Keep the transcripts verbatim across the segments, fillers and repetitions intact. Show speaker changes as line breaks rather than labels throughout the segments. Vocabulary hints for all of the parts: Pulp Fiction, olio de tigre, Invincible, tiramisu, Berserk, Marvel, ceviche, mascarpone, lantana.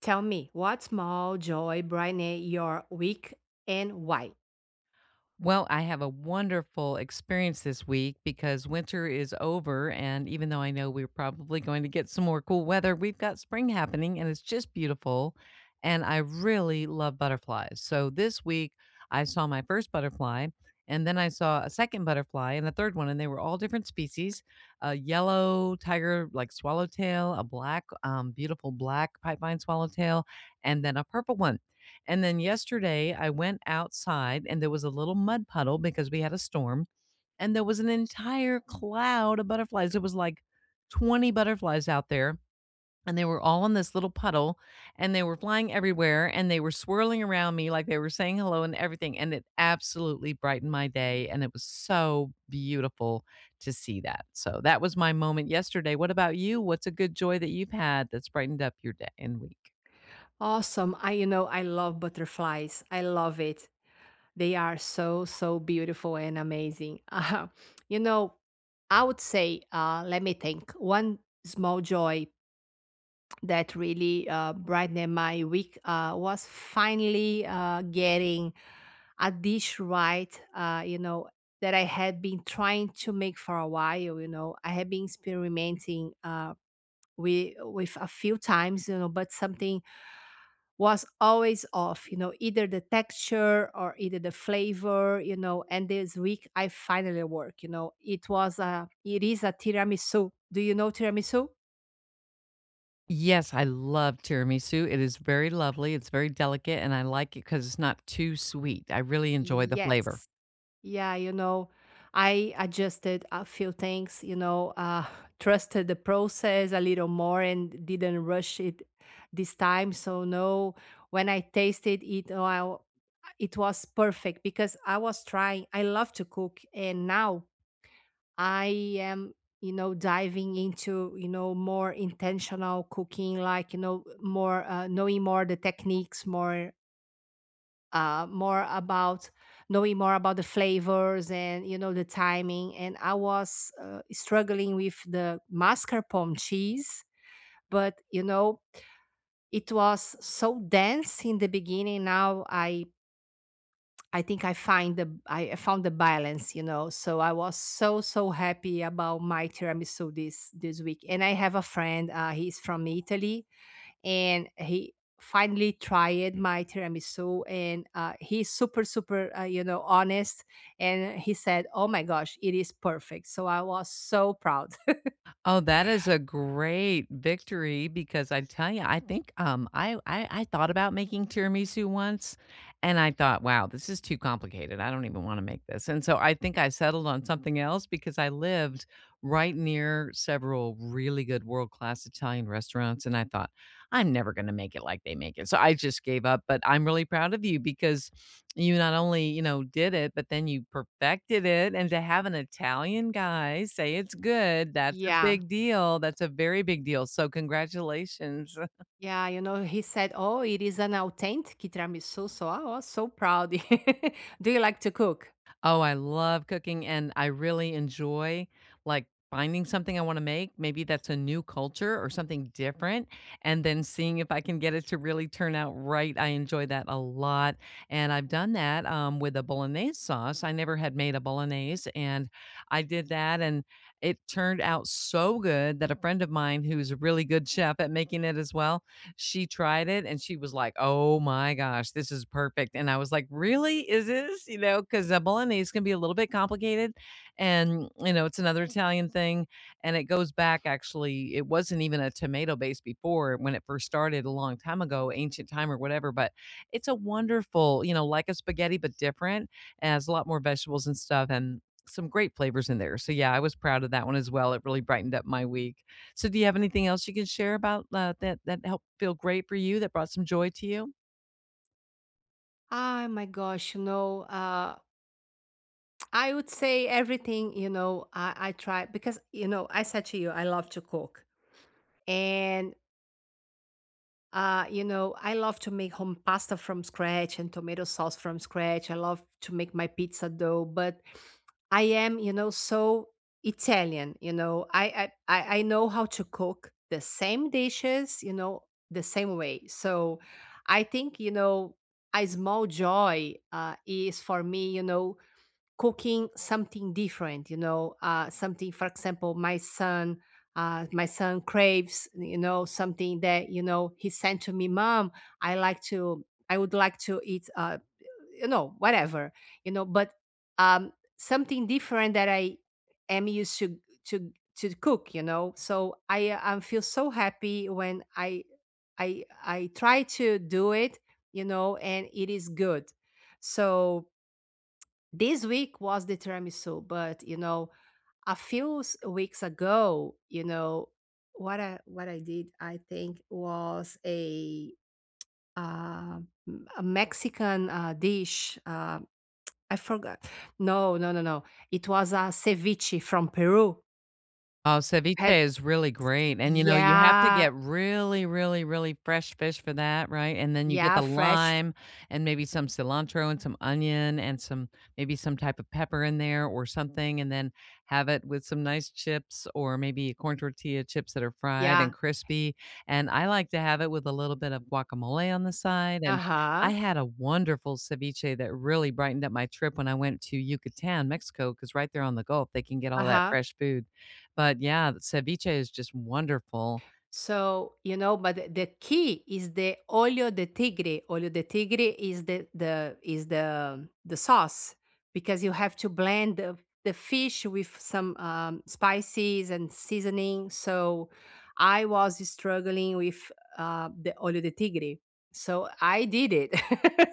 Tell me, what small joy brightened your week and why?
Well, I have a wonderful experience this week because winter is over. And even though I know we're probably going to get some more cool weather, we've got spring happening and it's just beautiful. And I really love butterflies. So this week I saw my first butterfly and then I saw a second butterfly and a third one. And they were all different species, a yellow tiger, like swallowtail, a black, um, beautiful black pipevine swallowtail, and then a purple one. And then yesterday, I went outside and there was a little mud puddle because we had a storm, and there was an entire cloud of butterflies. It was like twenty butterflies out there, and they were all in this little puddle, and they were flying everywhere, and they were swirling around me like they were saying hello and everything. And it absolutely brightened my day, and it was so beautiful to see that. So that was my moment yesterday. What about you? What's a good joy that you've had that's brightened up your day and week?
Awesome. I you know I love butterflies. I love it. They are so so beautiful and amazing. Uh, you know, I would say uh let me think. One small joy that really uh brightened my week uh was finally uh getting a dish right uh you know that I had been trying to make for a while, you know. I had been experimenting uh we with a few times, you know, but something was always off, you know, either the texture or either the flavor, you know. And this week I finally work, you know, it was a it is a tiramisu. Do you know tiramisu?
Yes, I love tiramisu. It is very lovely, it's very delicate, and I like it because it's not too sweet. I really enjoy the flavor.
Yes. Yeah, you know, I adjusted a few things, you know, uh, trusted the process a little more and didn't rush it this time. So, no, when I tasted it, oh, I w- it was perfect because I was trying. I love to cook, and now I am, you know, diving into, you know, more intentional cooking, like, you know, more, uh, knowing more the techniques, more uh, more about knowing more about the flavors and you know the timing. And I was uh, struggling with the mascarpone cheese, but you know it was so dense in the beginning. Now I I think I find the I found the balance, you know. So I was so so happy about my tiramisu this this week. And I have a friend, uh, he's from Italy, and he finally tried my tiramisu, and uh, he's super super uh, you know honest, and he said, oh my gosh, it is perfect. So I was so proud.
Oh, that is a great victory because I tell you, I think um, I, I I thought about making tiramisu once, and I thought, wow, this is too complicated. I don't even want to make this, and so I think I settled on something else because I lived right near several really good world class Italian restaurants, and I thought I'm never going to make it like they make it, so I just gave up. But I'm really proud of you because you not only, you know, did it, but then you perfected it, and to have an Italian guy say it's good, that's a
Yeah,
big deal, that's a very big deal, so congratulations.
yeah, you know, he said, oh, it is an authentic tiramisu, so I was so proud. Do you like to cook?
Oh, I love cooking and I really enjoy like finding something I want to make. Maybe that's a new culture or something different and then seeing if I can get it to really turn out right. I enjoy that a lot. And I've done that um, with a bolognese sauce. I never had made a bolognese and I did that and it turned out so good that a friend of mine who's a really good chef at making it as well, she tried it and she was like, "Oh my gosh, this is perfect." And I was like, "Really? Is this?" You know, because uh, bolognese can be a little bit complicated, and you know, it's another Italian thing, and it goes back. Actually, it wasn't even a tomato base before when it first started a long time ago, ancient time or whatever. But it's a wonderful, you know, like a spaghetti but different. It has a lot more vegetables and stuff, and some great flavors in there. So yeah, I was proud of that one as well. It really brightened up my week. So do you have anything else you can share about, uh, that that helped feel great for you, that brought some joy to you?
Oh my gosh, you know, uh, I would say everything, you know. i, I try because, you know, I said to you, I love to cook. And uh, you know, I love to make home pasta from scratch and tomato sauce from scratch. I love to make my pizza dough, but I am, you know, so Italian. You know, I I I I know how to cook the same dishes, you know, the same way. So I think, you know, a small joy uh, is for me, you know, cooking something different, you know. Uh, something, for example, my son uh, my son craves, you know, something that, you know, he sent to me, mom, i like to I would like to eat, uh, you know whatever, you know, but um, something different that i am used to to to cook, you know. So I uh, um, feel so happy when i i i try to do it, you know, and it is good. So this week was the tiramisu, but, you know, a few s- weeks ago, you know, what I what I did, I think, was a uh, m- a Mexican uh, dish. Uh, I forgot. No, no, no, no. It was a ceviche from Peru.
Oh, ceviche
Have
is really great, and, you know, you have to
Yeah,
get really, really, really fresh fish for that, right? And then you get
yeah,
the
fresh.
lime and maybe some cilantro and some onion and some maybe some type of pepper in there or something, and then have it with some nice chips or maybe corn tortilla chips that are fried and
Yeah,
crispy, and I like to have it with a little bit of guacamole on the side,
uh
and I
huh,
had a wonderful ceviche that really brightened up my trip when I went to Yucatan, Mexico, because right there on the Gulf, they can get all
uh
that
huh.
fresh food. But yeah, ceviche is just wonderful.
So, you know, but the the key is the olio de tigre. Olio de tigre is the the is the the sauce, because you have to blend the, the fish with some um, spices and seasoning. So, I was struggling with uh, the olio de tigre. So I did it.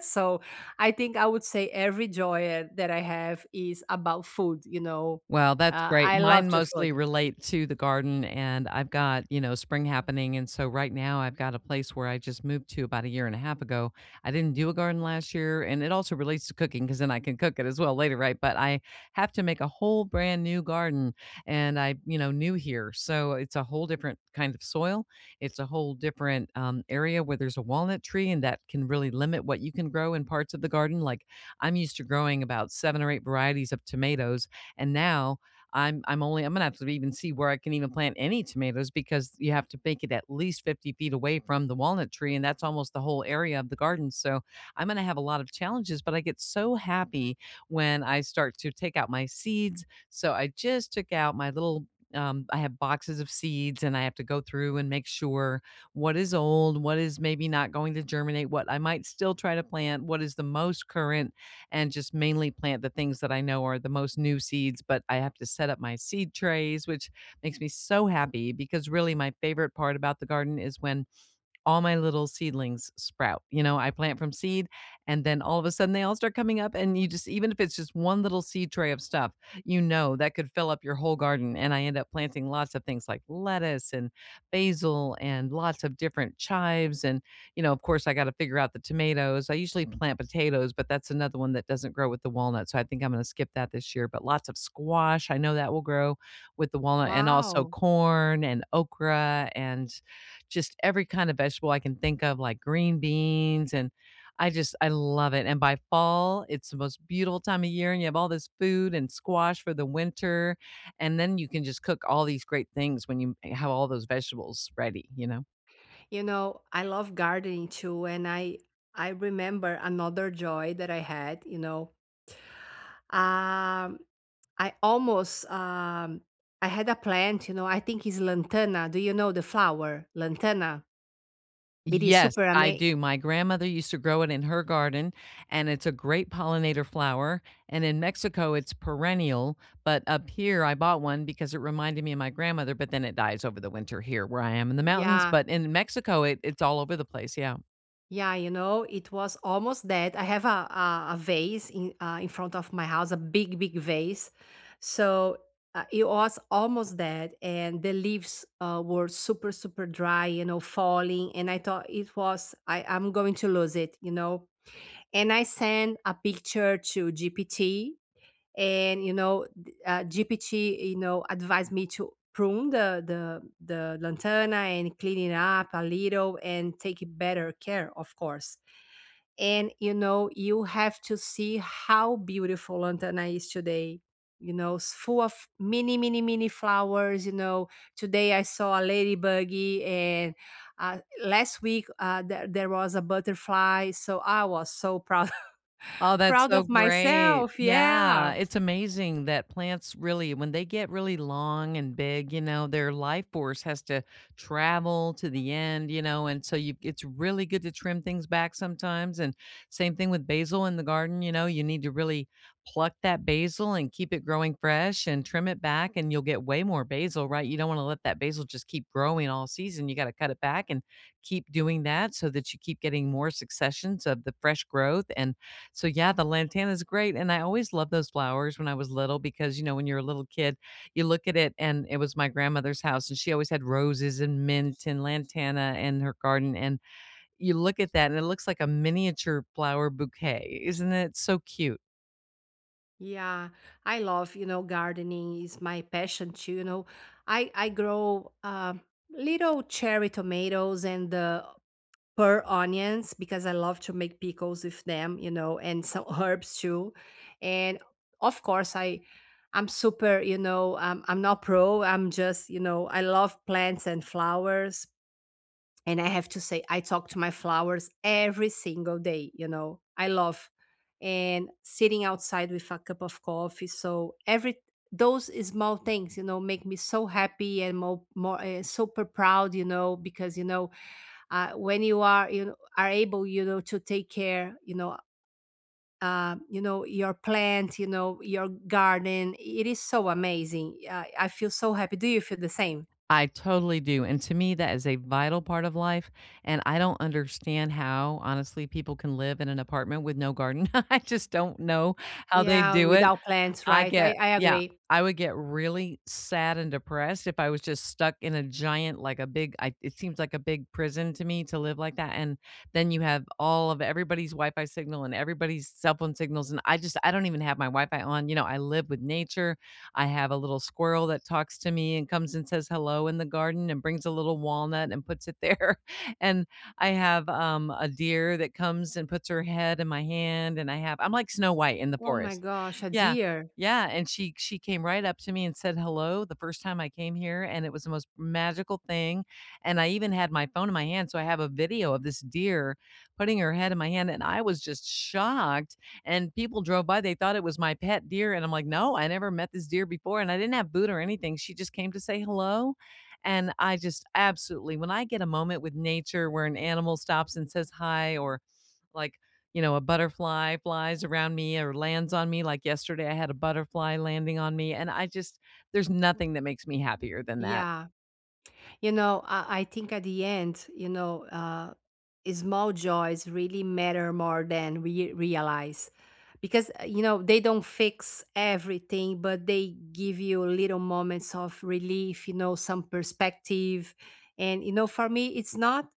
So I think I would say every joy that I have is about food. You know,
Well, that's
uh,
great.
I love
Mine
to
mostly
food.
relate to the garden, and I've got, you know, spring happening, and so right now I've got a place where I just moved to about a year and a half ago. I didn't do a garden last year, and it also relates to cooking because then I can cook it as well later, right? But I have to make a whole brand new garden, and I you know, new here, so it's a whole different kind of soil. It's a whole different, um, area where there's a walnut tree, and that can really limit what you can grow in parts of the garden, like, I'm used to growing about seven or eight varieties of tomatoes and now I'm I'm only I'm gonna have to even see where I can even plant any tomatoes because you have to make it at least fifty feet away from the walnut tree, and that's almost the whole area of the garden. So I'm gonna have a lot of challenges, but I get so happy when I start to take out my seeds. So I just took out my little um, I have boxes of seeds and I have to go through and make sure what is old, what is maybe not going to germinate, what I might still try to plant, what is the most current and just mainly plant the things that I know are the most new seeds. But I have to set up my seed trays, which makes me so happy because really my favorite part about the garden is when all my little seedlings sprout. You know, I plant from seed and then all of a sudden they all start coming up and you just even if it's just one little seed tray of stuff, you know that could fill up your whole garden and I end up planting lots of things like lettuce and basil and lots of different chives and you know, of course I got to figure out the tomatoes. I usually plant potatoes, but that's another one that doesn't grow with the walnut, so I think I'm going to skip that this year, but lots of squash. I know that will grow with the walnut and also
Wow.
corn and okra and just every kind of vegetable I can think of, like green beans. And I just, I love it. And by fall, it's the most beautiful time of year, and you have all this food and squash for the winter. And then you can just cook all these great things when you have all those vegetables ready, you know?
You know, I love gardening too, and I I remember another joy that I had. You know, um, I almost um, I had a plant. You know, I think it's lantana. Do you know the flower lantana? It is
Yes,
super
I
amazing.
do. My grandmother used to grow it in her garden, and it's a great pollinator flower, and in Mexico, it's perennial, but up here, I bought one because it reminded me of my grandmother, but then it dies over the winter here where I am in the mountains,
Yeah,
but in Mexico, it it's all over the place, yeah.
yeah, you know, it was almost that. I have a a, a vase in uh, in front of my house, a big, big vase. So uh, it was almost that, and the leaves uh, were super, super dry, you know, falling. And I thought it was, I I'm going to lose it, you know. And I sent a picture to G P T, and you know, th- uh, G P T, you know, advised me to prune the the the lantana and clean it up a little and take better care, of course. And, you know, you have to see how beautiful lantana is today. You know, it's full of mini, mini, mini flowers. You know, today I saw a ladybuggy, and uh, last week uh, there, there was a butterfly. So I was so proud,
Oh, that's
proud
so
of
great.
myself.
Yeah,
Yeah.
it's amazing that plants really when they get really long and big, you know, their life force has to travel to the end, you know, and so you it's really good to trim things back sometimes and same thing with basil in the garden, you know, you need to really pluck that basil and keep it growing fresh and trim it back and you'll get way more basil, right? You don't want to let that basil just keep growing all season. You got to cut it back and keep doing that so that you keep getting more successions of the fresh growth and so yeah, the lantana is great, and I always loved those flowers when I was little because, you know, when you're a little kid, you look at it and it was my grandmother's house, and she always had roses and mint and lantana in her garden, and you look at that and it looks like a miniature flower bouquet. Isn't it so cute?
Yeah, I love, you know, gardening is my passion too. You know, I I grow uh, little cherry tomatoes and the per onions because I love to make pickles with them, you know, and some herbs too. And of course, I I'm super, you know, um, I'm not pro. I'm just, you know, I love plants and flowers. And I have to say, I talk to my flowers every single day, you know, I love and sitting outside with a cup of coffee. So every those small things, you know, make me so happy and more, more uh, super proud, you know, because, you know, uh, when you are, you know, are able, you know, to take care, you know, uh, you know, your plant, you know, your garden, it is so amazing. uh, I feel so happy. Do you feel the same?
I totally do, and to me, that is a vital part of life, and I don't understand how, honestly, people can live in an apartment with no garden. I just don't know how they
Yeah,
do it.
without plants,
I
right? i
get
i
yeah,
agree.
I would get really sad and depressed if I was just stuck in a giant like a big I it seems like a big prison to me to live like that, and then you have all of everybody's Wi-Fi signal and everybody's cell phone signals, and I just I don't even have my Wi-Fi on, you know, I live with nature, I have a little squirrel that talks to me and comes and says hello in the garden and brings a little walnut and puts it there, and I have, um, a deer that comes and puts her head in my hand, and I have I'm like Snow White in the
Oh my
forest.
gosh, a
Yeah.
deer.
Yeah, and she she came right up to me and said hello the first time I came here, and it was the most magical thing, and I even had my phone in my hand, so I have a video of this deer putting her head in my hand, and I was just shocked, and people drove by, they thought it was my pet deer, and I'm like, "No, I never met this deer before," and I didn't have food or anything, she just came to say hello, and I just absolutely when I get a moment with nature where an animal stops and says hi or like, you know, a butterfly flies around me or lands on me. Like yesterday, I had a butterfly landing on me. And I just, there's nothing that makes me happier than that.
Yeah. You know, I, I think at the end, you know, uh, small joys really matter more than we realize, because, uh, you know, they don't fix everything, but they give you little moments of relief, you know, some perspective. And, you know, for me, it's not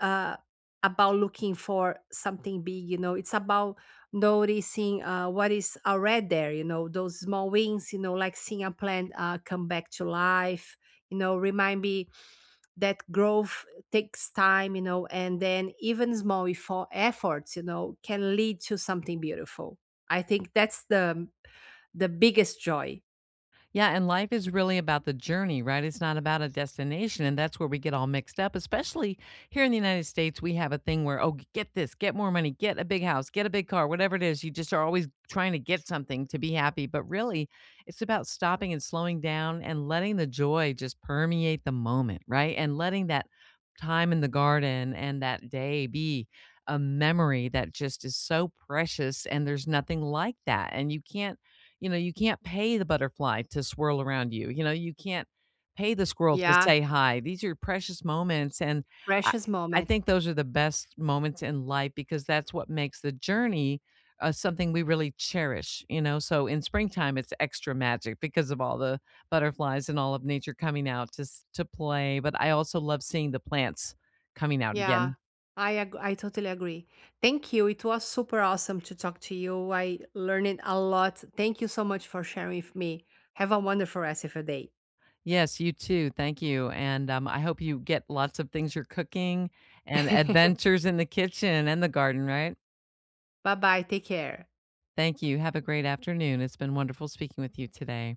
uh, about looking for something big, you know, it's about noticing uh, what is already there, you know, those small wins, you know, like seeing a plant uh, come back to life, you know, remind me that growth takes time, you know, and then even small effo- efforts, you know, can lead to something beautiful. I think that's the the biggest joy.
Yeah, and life is really about the journey, right? It's not about a destination. And that's where we get all mixed up, especially here in the United States. We have a thing where, oh, get this, get more money, get a big house, get a big car, whatever it is. You just are always trying to get something to be happy. But really, it's about stopping and slowing down and letting the joy just permeate the moment, right? And letting that time in the garden and that day be a memory that just is so precious. And there's nothing like that. And you can't you know, you can't pay the butterfly to swirl around you. You know, you can't pay the squirrel to
Yeah.
say hi. These are precious moments, and I
Precious
I
moment.
think those are the best moments in life because that's what makes the journey, uh, something we really cherish, you know? So, in springtime, it's extra magic because of all the butterflies and all of nature coming out to s to play, but I also love seeing the plants coming out
Yeah,
again.
I ag I totally agree. Thank you. It was super awesome to talk to you. I learned a lot. Thank you so much for sharing with me. Have a wonderful rest of your day.
Yes, you too. Thank you. And, um, I hope you get lots of things you're cooking and adventures in the kitchen and the garden, right?
Bye bye. Take care.
Thank you. Have a great afternoon. It's been wonderful speaking with you today.